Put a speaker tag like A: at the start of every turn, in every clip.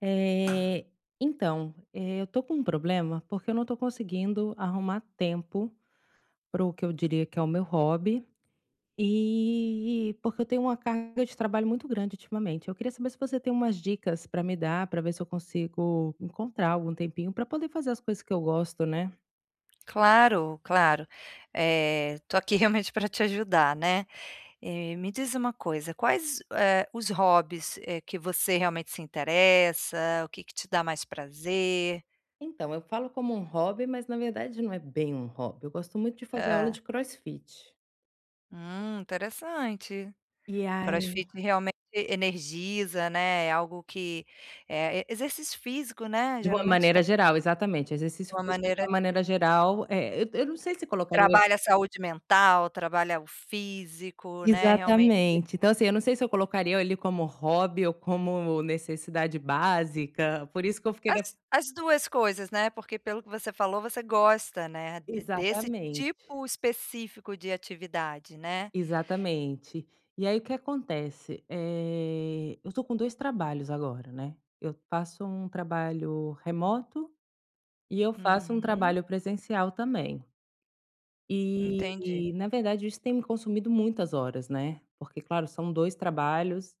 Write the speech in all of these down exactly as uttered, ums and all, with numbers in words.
A: É, então, eh, eu tô com um problema porque eu não tô conseguindo arrumar tempo para o que eu diria que é o meu hobby e porque eu tenho uma carga de trabalho muito grande ultimamente. Eu queria saber se você tem umas dicas para me dar, para ver se eu consigo encontrar algum tempinho para poder fazer as coisas que eu gosto, né?
B: Claro, claro. Eh, tô aqui realmente para te ajudar, né. Eh, me diz uma coisa, quais, eh, os hobbies, eh, que você realmente se interessa, o que que te dá mais prazer?
A: Então, eu falo como um hobby, mas na verdade não é bem um hobby. Eu gosto muito de fazer aula de CrossFit.
B: Hum, interessante.
A: E aí,
B: Crossfit realmente energiza, né, é algo que é e exercício físico, né,
A: de uma
B: geralmente tá
A: maneira geral, exatamente.
B: de
A: Exercício
B: uma
A: físico de
B: maneira
A: uma maneira geral, é, eu, eu não sei se colocaria.
B: trabalha a saúde mental, trabalha o físico, né, realmente
A: Exatamente. Então, assim, eu não sei se eu colocaria ele como hobby ou como necessidade básica, por isso que eu fiquei nessa.
B: As as duas coisas, né, porque pelo que você falou, você gosta, né, de desse
A: Exatamente,
B: tipo específico de atividade, né.
A: exatamente. E aí o que acontece, eh, eu estou com dois trabalhos agora, né. Eu faço um trabalho remoto e eu faço um
B: Uhum,
A: trabalho presencial também.
B: entendi.
A: E, e, na verdade, isso tem me consumido muitas horas, né, porque, claro, são dois trabalhos.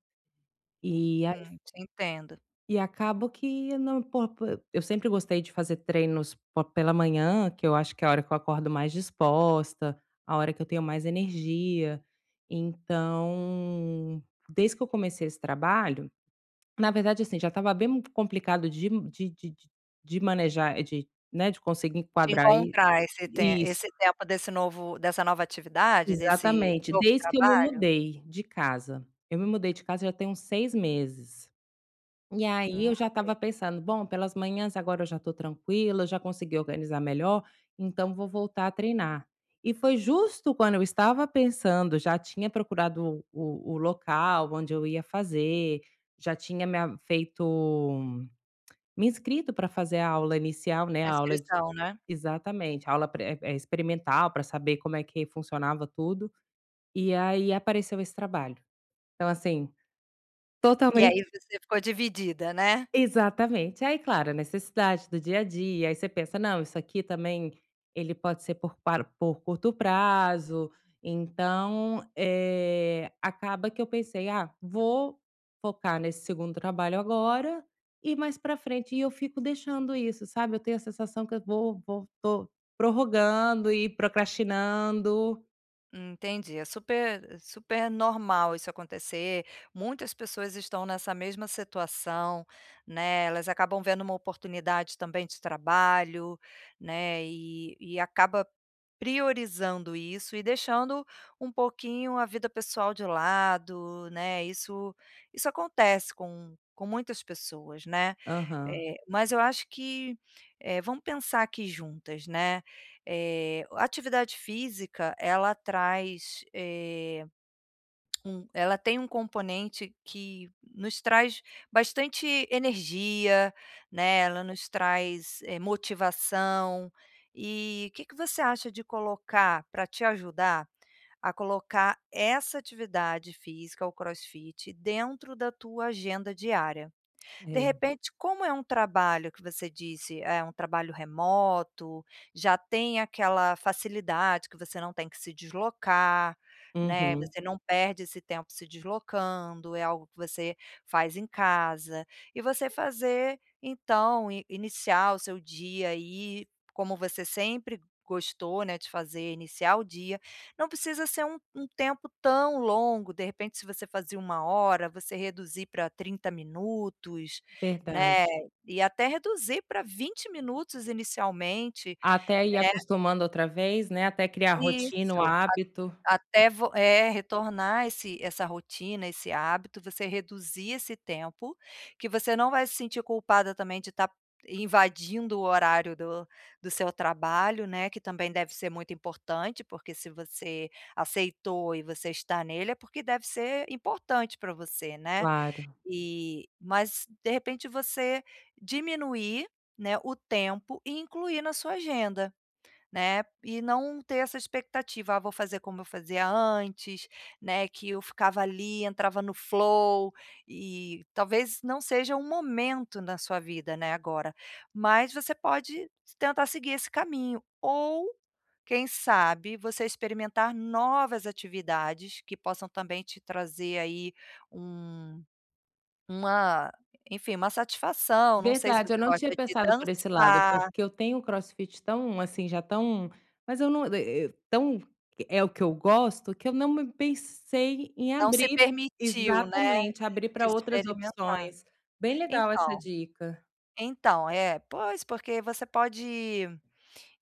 A: e
B: Hum, te entendo.
A: E acabo que não po po eu sempre gostei de fazer treinos po pela manhã, que eu acho que é a hora que eu acordo mais disposta, a hora que eu tenho mais energia. Então, desde que eu comecei esse trabalho, na verdade, assim, já estava bem complicado de de de de de manejar, eh, de, né, de conseguir
B: De
A: enquadrar. E
B: encontrar esse tem
A: isso,
B: esse tempo desse novo dessa nova atividade, desse
A: exatamente.
B: novo
A: Desde que eu me
B: trabalho.
A: mudei de casa. Eu me mudei de casa já tem uns seis meses. E
B: Hum,
A: aí eu já
B: ok.
A: estava pensando: "Bom, pelas manhãs agora eu já estou tranquila, eu já consegui organizar melhor, então vou voltar a treinar". E foi justo quando eu estava pensando, já tinha procurado o o o local onde eu ia fazer, já tinha me a feito me inscrito para fazer a aula inicial, né,
B: A
A: a aula de.
B: inscrição, né.
A: Exatamente, a aula pre eh, experimental, para saber como é que funcionava tudo, e aí apareceu esse trabalho. Então assim,
B: E
A: totalmente.
B: aí você ficou dividida, né?
A: Exatamente. Aí, claro, a necessidade do dia a dia, aí você pensa: "Não, isso aqui também ele pode ser por para por curto prazo". Então, eh, acaba que eu pensei: "Ah, vou focar nesse segundo trabalho agora e mais para frente". E eu fico deixando isso, sabe, eu tenho a sensação que eu vou vou tô prorrogando e procrastinando.
B: Entendi, é super super normal isso acontecer. Muitas pessoas estão nessa mesma situação, né, elas acabam vendo uma oportunidade também de trabalho, né, e e acaba priorizando isso e deixando um pouquinho a vida pessoal de lado, né, isso isso acontece com com muitas pessoas, né.
A: Aham.
B: É, mas eu acho que, eh, vamos pensar aqui juntas, né, eh, a atividade física ela traz, eh, um ela tem um componente que nos traz bastante energia, né, ela nos traz, eh, motivação. E o que que você acha de colocar para te ajudar a colocar essa atividade física, o crossfit, dentro da tua agenda diária? De
A: É.
B: repente, como é um trabalho que você disse, é um trabalho remoto, já tem aquela facilidade que você não tem que se deslocar, né,
A: Uhum.
B: você não perde esse tempo se deslocando, é algo que você faz em casa, e você fazer então, i iniciar o seu dia aí, como você sempre gostou, né, de fazer, iniciar o dia, não precisa ser um um tempo tão longo, de repente se você fazia uma hora, você reduzir para trinta minutos,
A: Verdade.
B: né, e até reduzir para vinte minutos inicialmente.
A: Até ir acostumando outra vez, né, até criar rotina, o
B: Isso,
A: hábito.
B: até vo é, retornar esse essa rotina, esse hábito, você reduzir esse tempo, que você não vai se sentir culpada também de estar invadindo o horário do do seu trabalho, né, que também deve ser muito importante, porque se você aceitou e você está nele, é porque deve ser importante para você, né.
A: Claro.
B: E mas de repente você diminuir, né, o tempo e incluir na sua agenda, né, e não ter essa expectativa: "Ah, vou fazer como eu fazia antes", né, que eu ficava ali, entrava no flow, e talvez não seja um momento na sua vida, né, agora, mas você pode tentar seguir esse caminho ou, quem sabe, você experimentar novas atividades que possam também te trazer aí um uma enfim, uma satisfação, não sei se
A: Verdade, eu
B: você
A: não tinha
B: gosta de
A: pensado por esse lado,
B: dançar,
A: porque eu tenho o CrossFit tão, assim, já tão, mas eu não e tão é o que eu gosto, que eu não me pensei em
B: não se
A: abrir.
B: permitiu, né,
A: Exatamente, abrir
B: de
A: para outras
B: experimentar.
A: opções. Bem legal essa
B: Então
A: dica.
B: então, é, pois, porque você pode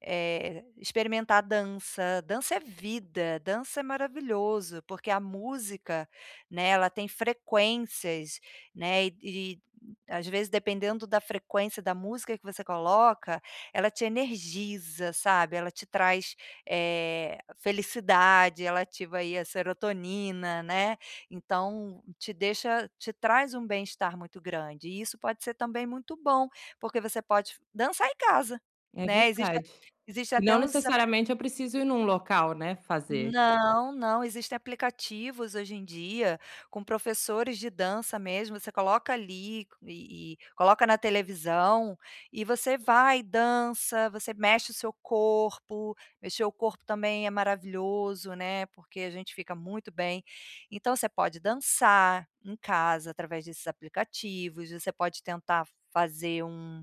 B: Eh, experimentar dança, dança é vida, dança é maravilhoso, porque a música, né, ela tem frequências, né, e e às vezes dependendo da frequência da música que você coloca, ela te energiza, sabe, ela te traz, eh, felicidade, ela ativa aí a serotonina, né, então te deixa te traz um bem-estar muito grande, e isso pode ser também muito bom, porque você pode dançar em casa,
A: É
B: né, existe
A: verdade.
B: Existe
A: E não
B: até uns a
A: necessariamente eu preciso ir num local, né, fazer.
B: não, não, existem aplicativos hoje em dia, com professores de dança mesmo, você coloca ali e e coloca na televisão, e você vai, dança, você mexe o seu corpo, mexer o corpo também é maravilhoso, né, porque a gente fica muito bem. Então você pode dançar em casa através desses aplicativos, você pode tentar fazer um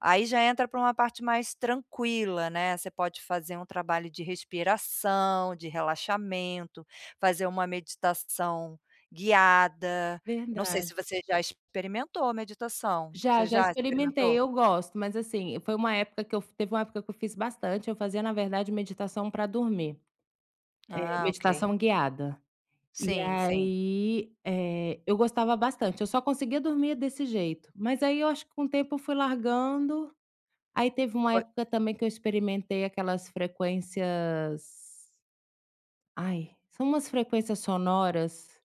B: aí já entra para uma parte mais tranquila, né, você pode fazer um trabalho de respiração, de relaxamento, fazer uma meditação guiada. Não sei se
A: Verdade.
B: você já experimentou meditação.
A: Já,
B: Você
A: já
B: já
A: experimentei,
B: experimentou?
A: eu gosto, mas assim, foi uma época que eu teve uma época que eu fiz bastante, eu fazia, na verdade, meditação para dormir. É
B: Ah, ok.
A: meditação guiada. E
B: Sim, sim.
A: aí, eh, eu gostava bastante, eu só conseguia dormir desse jeito, mas aí eu acho que com o tempo eu fui largando, aí teve uma
B: Foi
A: época também que eu experimentei aquelas frequências, ai, são umas frequências sonoras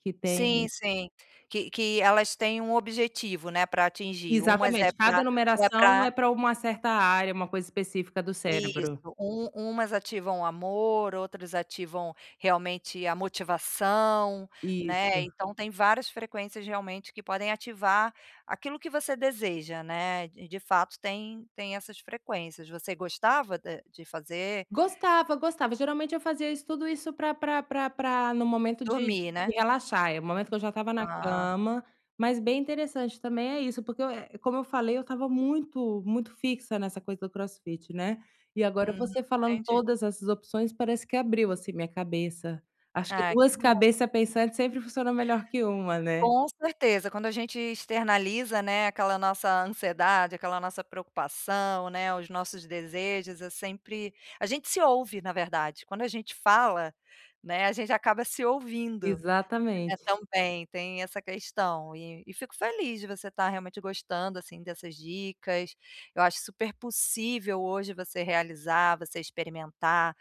A: que
B: sim,
A: tem.
B: sim. Que que elas têm um objetivo, né, para atingir. Umas é
A: Exatamente,
B: para
A: cada
B: é
A: numeração é
B: pra
A: para uma certa área, uma coisa específica do
B: isso,
A: cérebro.
B: um umas ativam o amor, outras ativam realmente a motivação, né,
A: Isso.
B: então tem várias frequências realmente que podem ativar aquilo que você deseja, né, de de fato tem tem essas frequências. Você gostava de de fazer
A: Gostava, gostava. Geralmente eu fazia isso tudo isso pra pra pra pra no momento de
B: dormir, né?
A: de relaxar, é o momento que eu já estava na
B: Ah,
A: cama, mas bem interessante também é isso, porque eu, eh, como eu falei, eu estava muito muito fixa nessa coisa do CrossFit, né. E agora
B: uhum,
A: você falando
B: entendi.
A: todas essas opções parece que abriu, assim, minha cabeça. Acho que
B: Ah, que
A: duas
B: bom.
A: cabeça pensantes sempre funciona melhor que uma, né.
B: Com certeza, quando a gente externaliza, né, aquela nossa ansiedade, aquela nossa preocupação, né, os nossos desejos, é sempre a gente se ouve, na verdade. Quando a gente fala, né, a gente acaba se ouvindo, né,
A: Exatamente.
B: também, tem essa questão. E e fico feliz de você estar realmente gostando, assim, dessas dicas. Eu acho super possível hoje você realizar, você experimentar,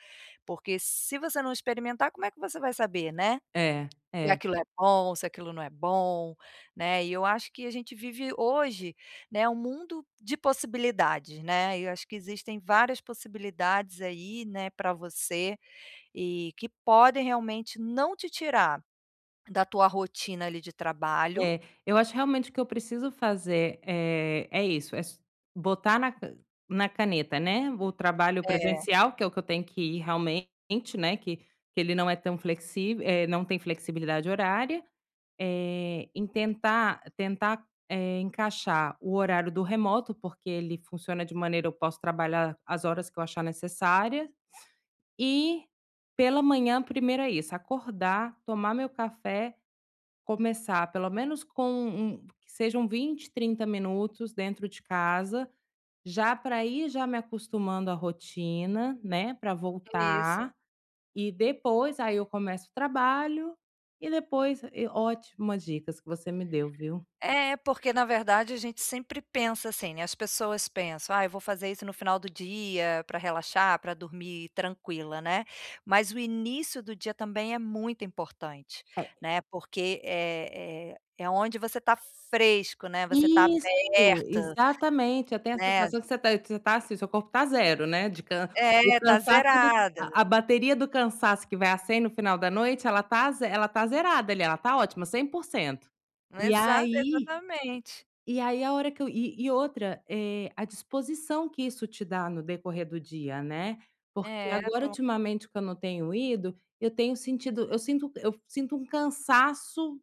B: porque se você não experimentar, como é que você vai saber, né?
A: É,
B: Se
A: é.
B: aquilo é bom, se aquilo não é bom, né, e eu acho que a gente vive hoje, né, um mundo de possibilidades, né, eu acho que existem várias possibilidades aí, né, para você, e que podem realmente não te tirar da tua rotina ali de trabalho
A: É, eu acho realmente que eu preciso fazer, eh, é isso, é s botar na ca na caneta, né, o trabalho
B: é,
A: presencial, que é o que eu tenho que ir realmente, né, que que ele não é tão flexível, eh, não tem flexibilidade horária, eh, em tentar tentar, eh, encaixar o horário do remoto, porque ele funciona de maneira eu posso trabalhar as horas que eu achar necessária, e pela manhã primeiro é isso, acordar, tomar meu café. Começar pelo menos com um que sejam vinte trinta minutos dentro de casa, já para ir já me acostumando à rotina, né, para. Uhum.
B: isso.
A: Voltar e depois aí eu começo o trabalho e depois e ótimas dicas que você me deu, viu.
B: É, porque na verdade a gente sempre pensa assim, né, as pessoas pensam: "Ah, eu vou fazer isso no final do dia para relaxar, para dormir tranquila", né. Mas o início do dia também é muito importante, né, porque é é é onde você está fresco, né, você está
A: Isso,
B: aberto,
A: exatamente. Eu tenho a
B: né.
A: sensação que você tá você tá assim, seu corpo tá zero, né, de can o
B: É, tá
A: cansaço, ele,
B: zerada.
A: a a bateria do cansaço que vai a cem no final da noite, ela tá ze ela tá zerada ali, ela tá ótima, cem por cento. E
B: Exa
A: aí
B: exatamente.
A: e aí a hora que eu e e outra, eh, a disposição que isso te dá no decorrer do dia, né, porque
B: É,
A: agora
B: pô.
A: ultimamente que eu não tenho ido, eu tenho sentido eu sinto eu sinto um cansaço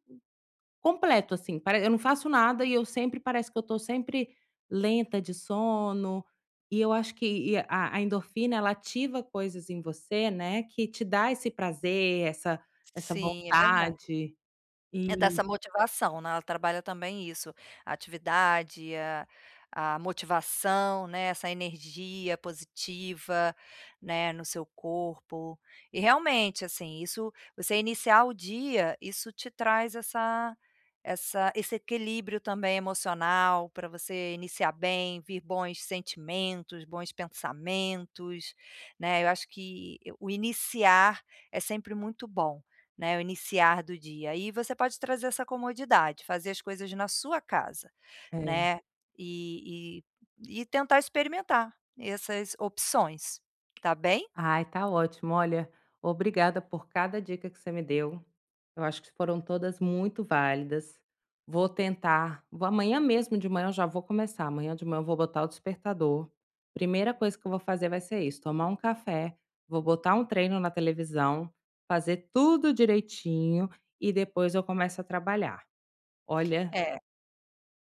A: completo, assim, pare eu não faço nada e eu sempre parece que eu estou sempre lenta de sono, e eu acho que e a a endorfina ela ativa coisas em você, né, que te dá esse prazer, essa essa
B: Sim, é verdade.
A: vontade.
B: É
A: E
B: dessa motivação, né, ela trabalha também isso, a atividade, a a motivação, né, essa energia positiva, né, no seu corpo. E realmente, assim, isso você iniciar o dia, isso te traz essa essa esse equilíbrio também emocional para você iniciar bem, vir bons sentimentos, bons pensamentos, né, eu acho que o iniciar é sempre muito bom. Né, o iniciar do dia. E você pode trazer essa comodidade, fazer as coisas na sua casa,
A: é.
B: né, e e e tentar experimentar essas opções, tá bem?
A: Ai, tá ótimo. Olha, obrigada por cada dica que você me deu. Eu acho que foram todas muito válidas. Vou tentar. vou- Amanhã mesmo de manhã eu já vou começar. Amanhã de manhã eu vou botar o despertador. Primeira coisa que eu vou fazer vai ser isso: tomar um café, vou botar um treino na televisão, fazer tudo direitinho e depois eu começo a trabalhar. Olha,
B: É,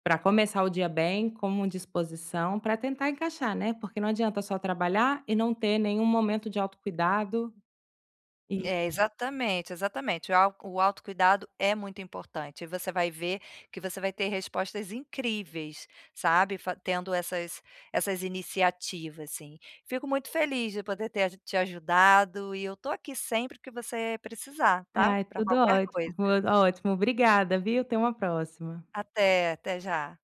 A: para começar o dia bem, com disposição, para tentar encaixar, né? Porque não adianta só trabalhar e não ter nenhum momento de autocuidado e
B: é exatamente, exatamente. O au o autocuidado é muito importante e você vai ver que você vai ter respostas incríveis, sabe, fa tendo essas essas iniciativas, assim. Fico muito feliz de poder ter te ajudado e eu tô aqui sempre que você precisar, tá,
A: ai,
B: para
A: tudo
B: qualquer
A: ótimo,
B: coisa.
A: ótimo. Obrigada, viu. Até uma próxima.
B: Até, até já.